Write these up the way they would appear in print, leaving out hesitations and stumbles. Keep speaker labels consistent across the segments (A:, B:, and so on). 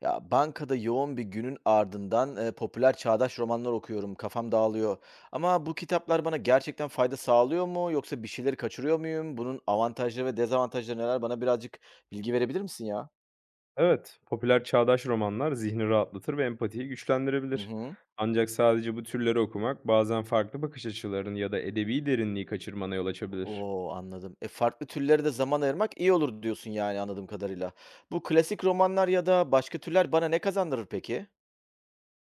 A: Ya bankada yoğun bir günün ardından popüler çağdaş romanlar okuyorum. Kafam dağılıyor. Ama bu kitaplar bana gerçekten fayda sağlıyor mu yoksa bir şeyleri kaçırıyor muyum? Bunun avantajları ve dezavantajları neler? Bana birazcık bilgi verebilir misin ya?
B: Evet, popüler çağdaş romanlar zihni rahatlatır ve empatiyi
A: Hı
B: güçlendirebilir.
A: hı.
B: Ancak sadece bu türleri okumak bazen farklı bakış açılarını ya da edebi derinliği kaçırmana yol açabilir.
A: Oo, anladım. E, farklı türlere de zaman ayırmak iyi olur diyorsun yani anladığım kadarıyla. Bu klasik romanlar ya da başka türler bana ne kazandırır peki?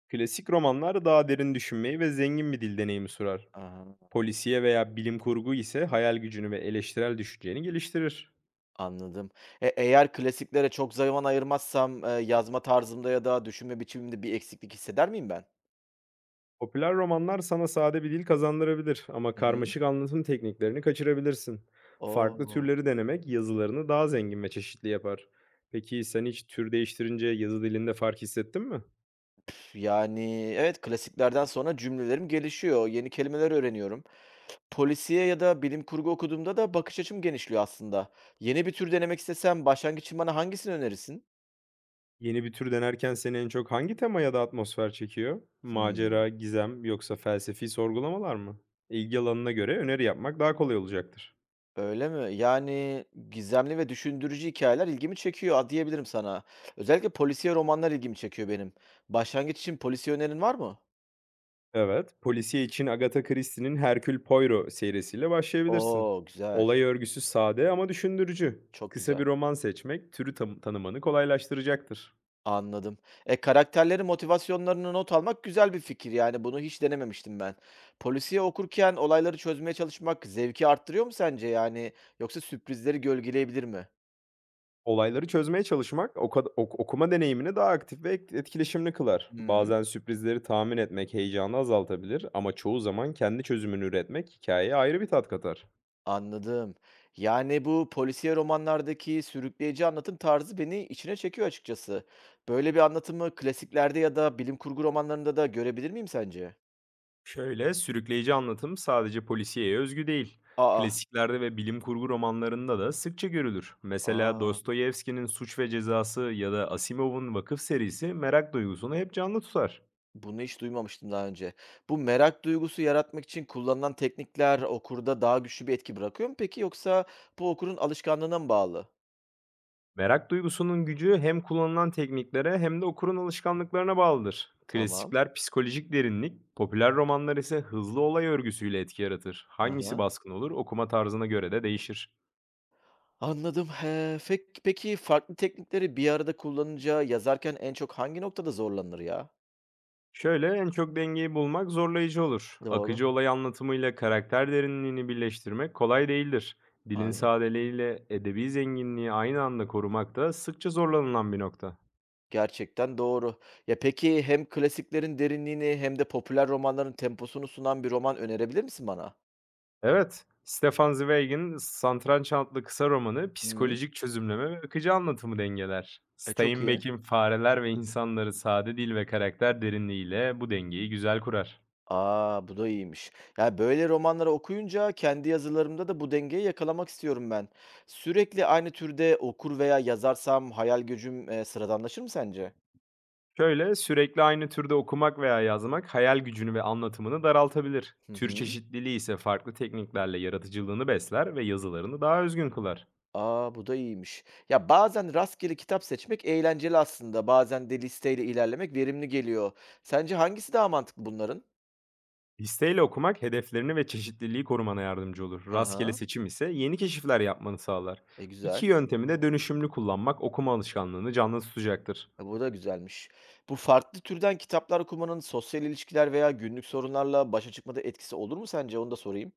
B: Klasik romanlar daha derin düşünmeyi ve zengin bir dil deneyimi sunar.
A: Aha,
B: Polisiye veya bilim kurgu ise hayal gücünü ve eleştirel düşünceni geliştirir.
A: anladım. Eğer klasiklere çok zaman ayırmazsam, yazma tarzımda ya da düşünme biçimimde bir eksiklik hisseder miyim ben?
B: Popüler romanlar sana sade bir dil kazandırabilir ama
A: Hı hı.
B: karmaşık anlatım tekniklerini kaçırabilirsin. Farklı
A: O!
B: türleri denemek yazılarını daha zengin ve çeşitli yapar. Peki sen hiç tür değiştirince yazı dilinde fark hissettin mi?
A: Yani, evet, klasiklerden sonra cümlelerim gelişiyor, yeni kelimeler öğreniyorum. Polisiye ya da bilim kurgu okuduğumda da bakış açım genişliyor aslında. Yeni bir tür denemek istesem başlangıç için bana hangisini önerirsin?
B: Yeni bir tür denerken seni en çok hangi tema ya da atmosfer çekiyor?
A: Hımm.
B: Macera, gizem yoksa felsefi sorgulamalar mı? İlgi alanına göre öneri yapmak daha kolay olacaktır.
A: Öyle mi? Yani, gizemli ve düşündürücü hikayeler ilgimi çekiyor a diyebilirim sana. Özellikle polisiye romanlar ilgimi çekiyor benim. Başlangıç için polisiye önerin var mı?
B: Evet, polisiye için Agatha Christie'nin Hercule Poirot serisiyle başlayabilirsin.
A: O! Güzel,
B: Olay örgüsü sade ama düşündürücü.
A: çok
B: Kısa
A: güzel.
B: bir roman seçmek türü tanımanı kolaylaştıracaktır.
A: Anladım. Karakterlerin motivasyonlarını not almak güzel bir fikir, yani, bunu hiç denememiştim ben. Polisiye okurken olayları çözmeye çalışmak zevki arttırıyor mu sence, yani, yoksa sürprizleri gölgeleyebilir mi?
B: Olayları çözmeye çalışmak okuma deneyimini daha aktif ve etkileşimli kılar.
A: Hıı,
B: Bazen sürprizleri tahmin etmek heyecanı azaltabilir ama çoğu zaman kendi çözümünü üretmek hikayeye ayrı bir tat katar.
A: anladım. Yani, bu polisiye romanlardaki sürükleyici anlatım tarzı beni içine çekiyor açıkçası. Böyle bir anlatımı klasiklerde ya da bilim kurgu romanlarında da görebilir miyim sence?
B: Şöyle, sürükleyici anlatım sadece polisiyeye özgü değil.
A: Aa.
B: Klasiklerde ve bilim kurgu romanlarında da sıkça görülür. Mesela
A: Aa,
B: Dostoyevski'nin Suç ve Cezası ya da Asimov'un Vakıf serisi merak duygusunu hep canlı tutar.
A: bunu hiç duymamıştım daha önce. Bu merak duygusu yaratmak için kullanılan teknikler okurda daha güçlü bir etki bırakıyor mu peki yoksa bu okurun alışkanlığına mı bağlı?
B: Merak duygusunun gücü hem kullanılan tekniklere hem de okurun alışkanlıklarına bağlıdır.
A: Tamam.
B: Klasikler psikolojik derinlik, popüler romanlar ise hızlı olay örgüsüyle etki yaratır.
A: Hı
B: Hangisi
A: hı.
B: baskın olur okuma tarzına göre de değişir.
A: Anladım. He, peki farklı teknikleri bir arada kullanınca yazarken en çok hangi noktada zorlanır ya?
B: Şöyle, en çok dengeyi bulmak zorlayıcı olur.
A: Doğru.
B: Akıcı olay anlatımıyla karakter derinliğini birleştirmek kolay değildir. Dilin
A: Aynen.
B: sadeliğiyle edebi zenginliği aynı anda korumak da sıkça zorlanılan bir nokta.
A: Gerçekten doğru. Ya peki hem klasiklerin derinliğini hem de popüler romanların temposunu sunan bir roman önerebilir misin bana?
B: Evet, Stefan Zweig'in Santranç adlı kısa romanı
A: Hı.
B: psikolojik çözümleme ve akıcı anlatımı dengeler.
A: E, çok iyi.
B: Steinbeck'in Fareler ve İnsanları sade dil ve karakter derinliğiyle bu dengeyi güzel kurar.
A: A! Bu da iyiymiş. Ya, böyle romanları okuyunca kendi yazılarımda da bu dengeyi yakalamak istiyorum ben. Sürekli aynı türde okur veya yazarsam hayal gücüm, sıradanlaşır mı sence?
B: Şöyle, sürekli aynı türde okumak veya yazmak hayal gücünü ve anlatımını daraltabilir.
A: Hı
B: Tür
A: hı.
B: çeşitliliği ise farklı tekniklerle yaratıcılığını besler ve yazılarını daha özgün kılar.
A: A! Bu da iyiymiş. Ya, bazen rastgele kitap seçmek eğlenceli aslında, bazen de listeyle ilerlemek verimli geliyor. Sence hangisi daha mantıklı bunların?
B: Listeyle okumak hedeflerini ve çeşitliliği korumana yardımcı olur. Rastgele
A: Aha.
B: seçim ise yeni keşifler yapmanı sağlar.
A: E,
B: İki
A: güzel.
B: yöntemi de dönüşümlü kullanmak okuma alışkanlığını canlı tutacaktır.
A: E, bu da güzelmiş. Bu farklı türden kitaplar okumanın sosyal ilişkiler veya günlük sorunlarla başa çıkmada etkisi olur mu sence? Onu da sorayım.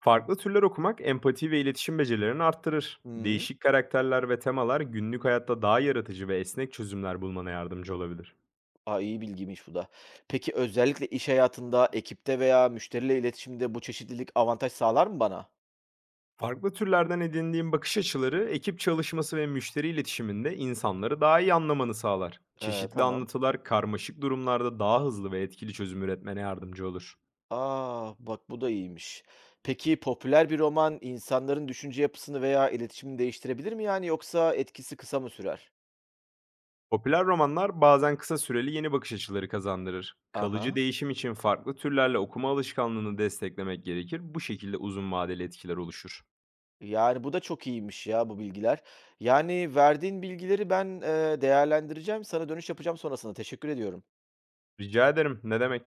B: Farklı türler okumak empati ve iletişim becerilerini arttırır.
A: Hı.
B: Değişik karakterler ve temalar günlük hayatta daha yaratıcı ve esnek çözümler bulmana yardımcı olabilir.
A: A, iyi bilgiymiş bu da. Peki özellikle iş hayatında, ekipte veya müşteriyle iletişimde bu çeşitlilik avantaj sağlar mı bana?
B: Farklı türlerden edindiğim bakış açıları, ekip çalışması ve müşteri iletişiminde insanları daha iyi anlamanı sağlar. Çeşitli
A: Tamam.
B: anlatılar karmaşık durumlarda daha hızlı ve etkili çözüm üretmene yardımcı olur.
A: Aa, bak bu da iyiymiş. Peki popüler bir roman insanların düşünce yapısını veya iletişimini değiştirebilir mi yani yoksa etkisi kısa mı sürer?
B: Popüler romanlar bazen kısa süreli yeni bakış açıları kazandırır. Kalıcı
A: Aha.
B: değişim için farklı türlerle okuma alışkanlığını desteklemek gerekir. Bu şekilde uzun vadeli etkiler oluşur.
A: Yani bu da çok iyiymiş ya bu bilgiler. Yani verdiğin bilgileri ben değerlendireceğim. Sana dönüş yapacağım sonrasında. Teşekkür ediyorum.
B: Rica ederim. Ne demek?